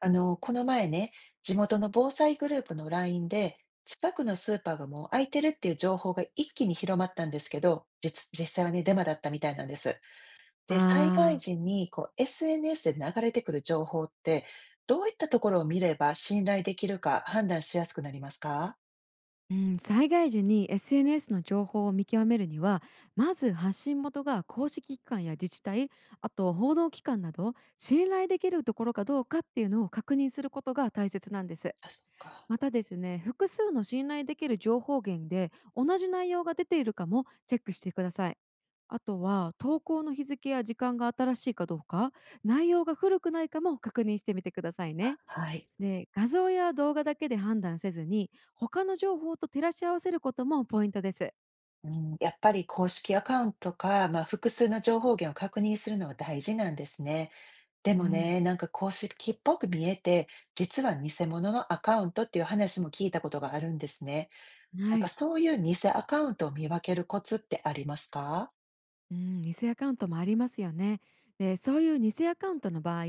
この前ね、地元の防災グループの LINE で、近くのスーパーがもう空いてるっていう情報が一気に広まったんですけど、実際はね、デマだったみたいなんです。で、災害ああ、時にこう SNS で流れてくる情報って、どういったところを見れば信頼できるか判断しやすくなりますか。うん、災害時に SNS の情報を見極めるには、まず発信元が公式機関や自治体、あと報道機関など、信頼できるところかどうかっていうのを確認することが大切なんです。あ、そっか。またですね、複数の信頼できる情報源で同じ内容が出ているかもチェックしてください。あとは投稿の日付や時間が新しいかどうか、内容が古くないかも確認してみてくださいね。あ、はい。で、画像や動画だけで判断せずに、他の情報と照らし合わせることもポイントです。うん、やっぱり公式アカウントか、まあ、複数の情報源を確認するのは大事なんですね。でうもん、ね、なんか公式っぽく見えて、実は偽物のアカウントっていう話も聞いたことがあるんですね。なんはかい、そういう偽アカウントを見分けるコツってありますか。うん、偽アカウントもありますよね。で、そういう偽アカウントの場合、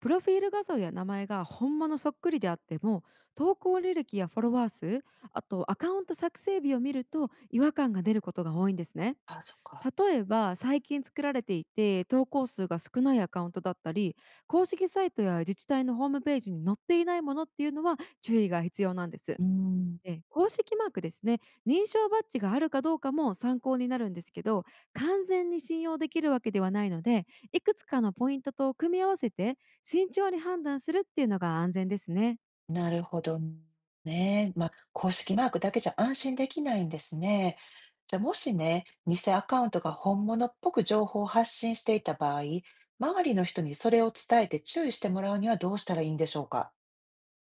プロフィール画像や名前が本物そっくりであっても、投稿履歴やフォロワー数、あとアカウント作成日を見ると違和感が出ることが多いんですね。あ、そっか。例えば最近作られていて投稿数が少ないアカウントだったり、公式サイトや自治体のホームページに載っていないものっていうのは注意が必要なんです。で、うん、公式マークですね、認証バッジがあるかどうかも参考になるんですけど、完全に信用できるわけではないので、いくつかのポイントと組み合わせて慎重に判断するっていうのが安全ですね。なるほどね。まあ、公式マークだけじゃ安心できないんですね。じゃあもしね、偽アカウントが本物っぽく情報を発信していた場合、周りの人にそれを伝えて注意してもらうにはどうしたらいいんでしょうか。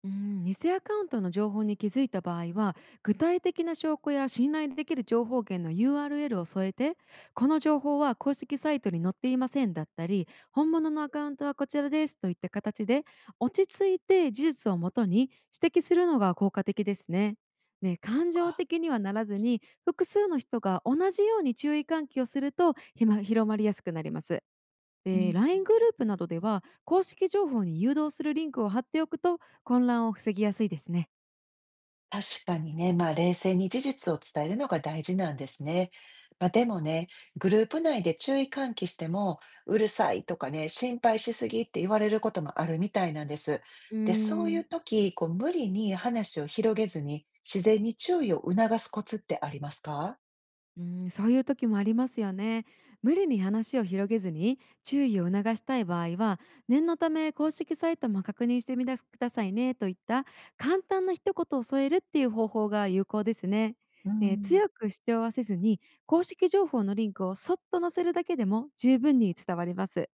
うん、偽アカウントの情報に気づいた場合は、具体的な証拠や信頼できる情報源の URL を添えて、この情報は公式サイトに載っていませんだったり本物のアカウントはこちらですといった形で、落ち着いて事実をもとに指摘するのが効果的ですね。ね、感情か、的にはならずに、複数の人が同じように注意喚起をするとひま広まりやすくなります。うで、 ん、 LINE グループなどでは公式情報に誘導するリンクを貼っておくと、混乱を防ぎやすいですね。確かにね、まあ冷静に事実を伝えるのが大事なんですね。まあでもね、グループ内で注意喚起しても、うるさいとかね、心配しすぎって言われることもあるみたいなんです。うーで、そういうん。時、こう無理に話を広げずに、自然に注意を促すコツってありますか。うん、そういう時もありますよね。無理に話を広げずに注意を促したい場合は、念のため公式サイトも確認してみてくださいねといった簡単な一言を添えるっていう方法が有効ですね。うん、強く主張はせずに、公式情報のリンクをそっと載せるだけでも十分に伝わります。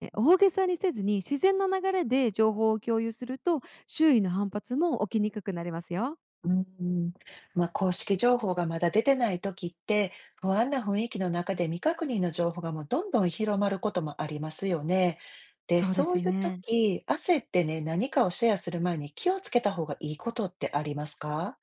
大げさにせずに、自然の流れで情報を共有すると、周囲の反発も起きにくくなりますよ。うん、まあ、公式情報がまだ出てない時って、不安な雰囲気の中で未確認の情報がもうどんどん広まることもありますよね。で、そうでそうすいうね。時、焦ってね、何かをシェアする前に気をつけた方がいいことってありますか？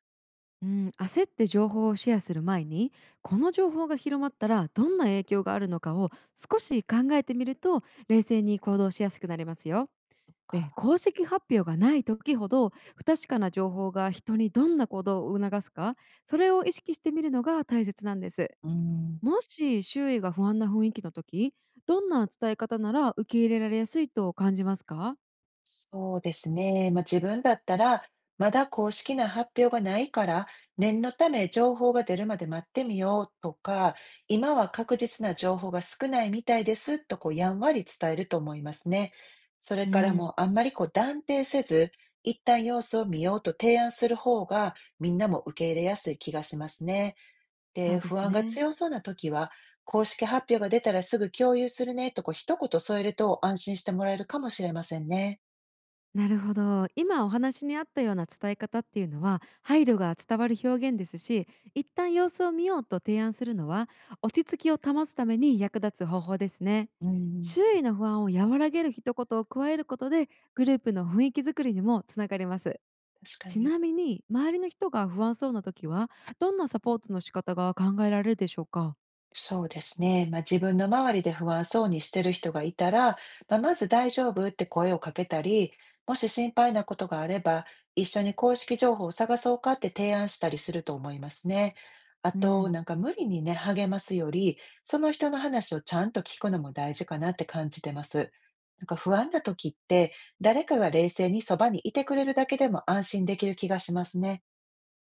うん、焦って情報をシェアする前に、この情報が広まったらどんな影響があるのかを少し考えてみると、冷静に行動しやすくなりますよ。そっで、か。公式発表がない時ほど、不確かな情報が人にどんな行動を促すか、それを意識してみるのが大切なんです。うーん。もし周囲が不安な雰囲気の時、どんな伝え方なら受け入れられやすいと感じますか？そうですね。まあ、自分だったら、まだ公式な発表がないから、念のため情報が出るまで待ってみようとか、今は確実な情報が少ないみたいですとこうやんわり伝えると思いますね。それうからもん、うあんまりこう断定せず、一旦様子を見ようと提案する方がみんなも受け入れやすい気がしますね。そうで、で不す安がね。強そうな時は、公式発表が出たらすぐ共有するねとこう一言添えると安心してもらえるかもしれませんね。なるほど。今お話にあったような伝え方っていうのは配慮が伝わる表現ですし、一旦様子を見ようと提案するのは落ち着きを保つために役立つ方法ですね。うん、周囲の不安を和らげる一言を加えることで、グループの雰囲気づくりにもつながります。確かちに。なみに、周りの人が不安そうな時は、どんなサポートの仕方が考えられるでしょうか？そうですね。まあ、自分の周りで不安そうにしてる人がいたら、まあ、まず「大丈夫？」って声をかけたり、もし心配なことがあれば、一緒に公式情報を探そうかって提案したりすると思いますね。あうと、ん、なんか無理にね、励ますより、その人の話をちゃんと聞くのも大事かなって感じてます。なんか不安な時って、誰かが冷静にそばにいてくれるだけでも安心できる気がしますね。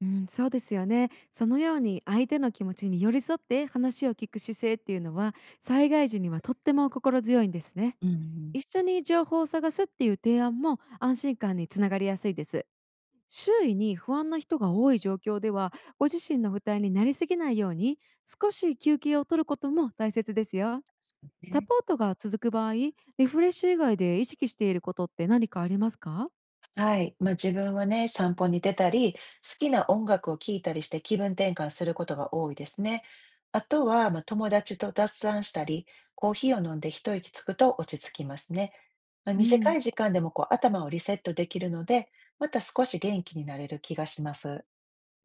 うん、そうですよね。そのように相手の気持ちに寄り添って話を聞く姿勢っていうのは、災害時にはとっても心強いんですね。うんうん。一緒に情報を探すっていう提案も安心感につながりやすいです。周囲に不安な人が多い状況では、ご自身の負担になりすぎないように少し休憩を取ることも大切ですよ。そうサね。ポートが続く場合、リフレッシュ以外で意識していることって何かありますか？はい。まあ、自分はね、散歩に出たり、好きな音楽を聴いたりして気分転換することが多いですね。あとは、まあ、友達と雑談したり、コーヒーを飲んで一息つくと落ち着きますね。まあ、う短ん、い時間でもこう頭をリセットできるので、また少し元気になれる気がします。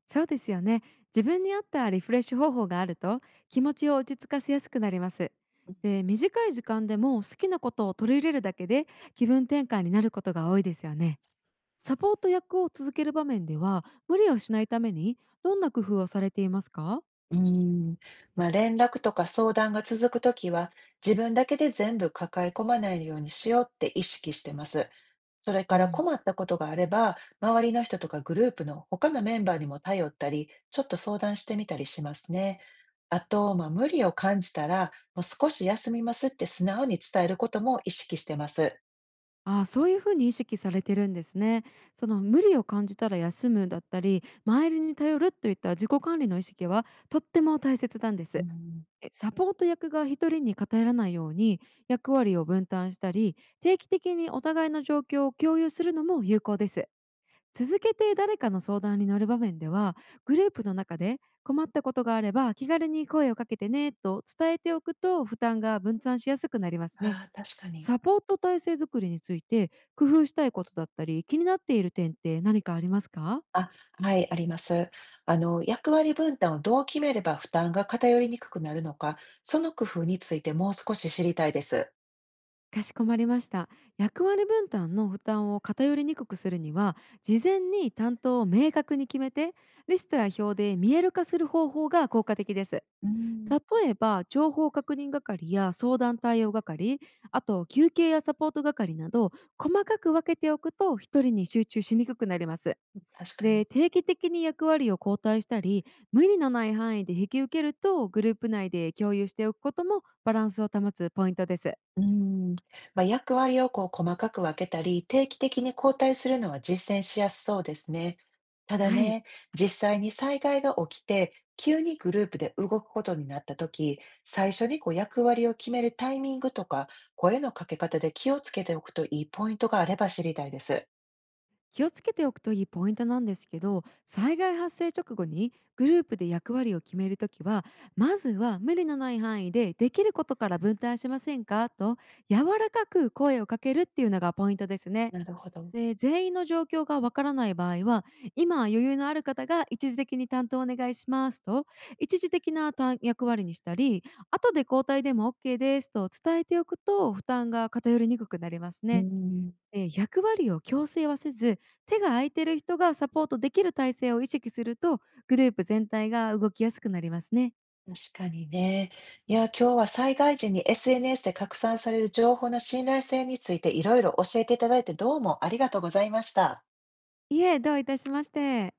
そうですよね。自分に合ったリフレッシュ方法があると、気持ちを落ち着かせやすくなります。で、短い時間でも好きなことを取り入れるだけで気分転換になることが多いですよね。サポート役を続ける場面では無理をしないために、どんな工夫をされていますか？うーん、まあ、連絡とか相談が続くときは、自分だけで全部抱え込まないようにしようって意識してます。それうからん。困ったことがあれば、周りの人とかグループの他のメンバーにも頼ったり、ちょっと相談してみたりしますね。あと、まあ、無理を感じたら、もう少し休みますって素直に伝えることも意識してます。ああ、そういう風に意識されてるんですね。その無理を感じたら休むだったり、周りに頼るといった自己管理の意識はとっても大切なんでうす。ん、サポート役が一人に偏らないように役割を分担したり、定期的にお互いの状況を共有するのも有効です。続けて誰かの相談に乗る場面では、グループの中で困ったことがあれば気軽に声をかけてねと伝えておくと負担が分散しやすくなりますね。ああ、確かに。サポート体制づくりについて工夫したいことだったり気になっている点って何かありますか？あ、はい、あります。あの、役割分担をどう決めれば負担が偏りにくくなるのか、その工夫についてもう少し知りたいです。かしこまりました。役割分担の負担を偏りにくくするには、事前に担当を明確に決めて、リストや表で見える化する方法が効果的です。うん、例えば、情報確認係や相談対応係、あと休憩やサポート係など、細かく分けておくと一人に集中しにくくなります。確かに。で、定期的に役割を交代したり無理のない範囲で引き受けるとグループ内で共有しておくこともバランスを保つポイントです。うん。まあ、役割をこう細かく分けたり、定期的に交代するのは実践しやすそうですね。ただはい、ね、実際に災害が起きて、急にグループで動くことになったとき、最初にこう役割を決めるタイミングとか、声のかけ方で気をつけておくといいポイントがあれば知りたいです。気をつけておくといいポイントなんですけど、災害発生直後にグループで役割を決めるときは、まずは無理のない範囲でできることから分担しませんかと柔らかく声をかけるっていうのがポイントですね。なるほど。で、全員の状況がわからない場合は、今余裕のある方が一時的に担当お願いしますと、一時的な担役割にしたり、後で交代でも OK ですと伝えておくと負担が偏りにくくなりますうね。ん。で、役割を強制はせず、手が空いてる人がサポートできる体制を意識すると、グループ全体が動きやすくなりますね。確かにね。いや、今日は災害時に SNS で拡散される情報の信頼性についていろいろ教えていただいて、どうもありがとうございました。いえ、どういたしまして。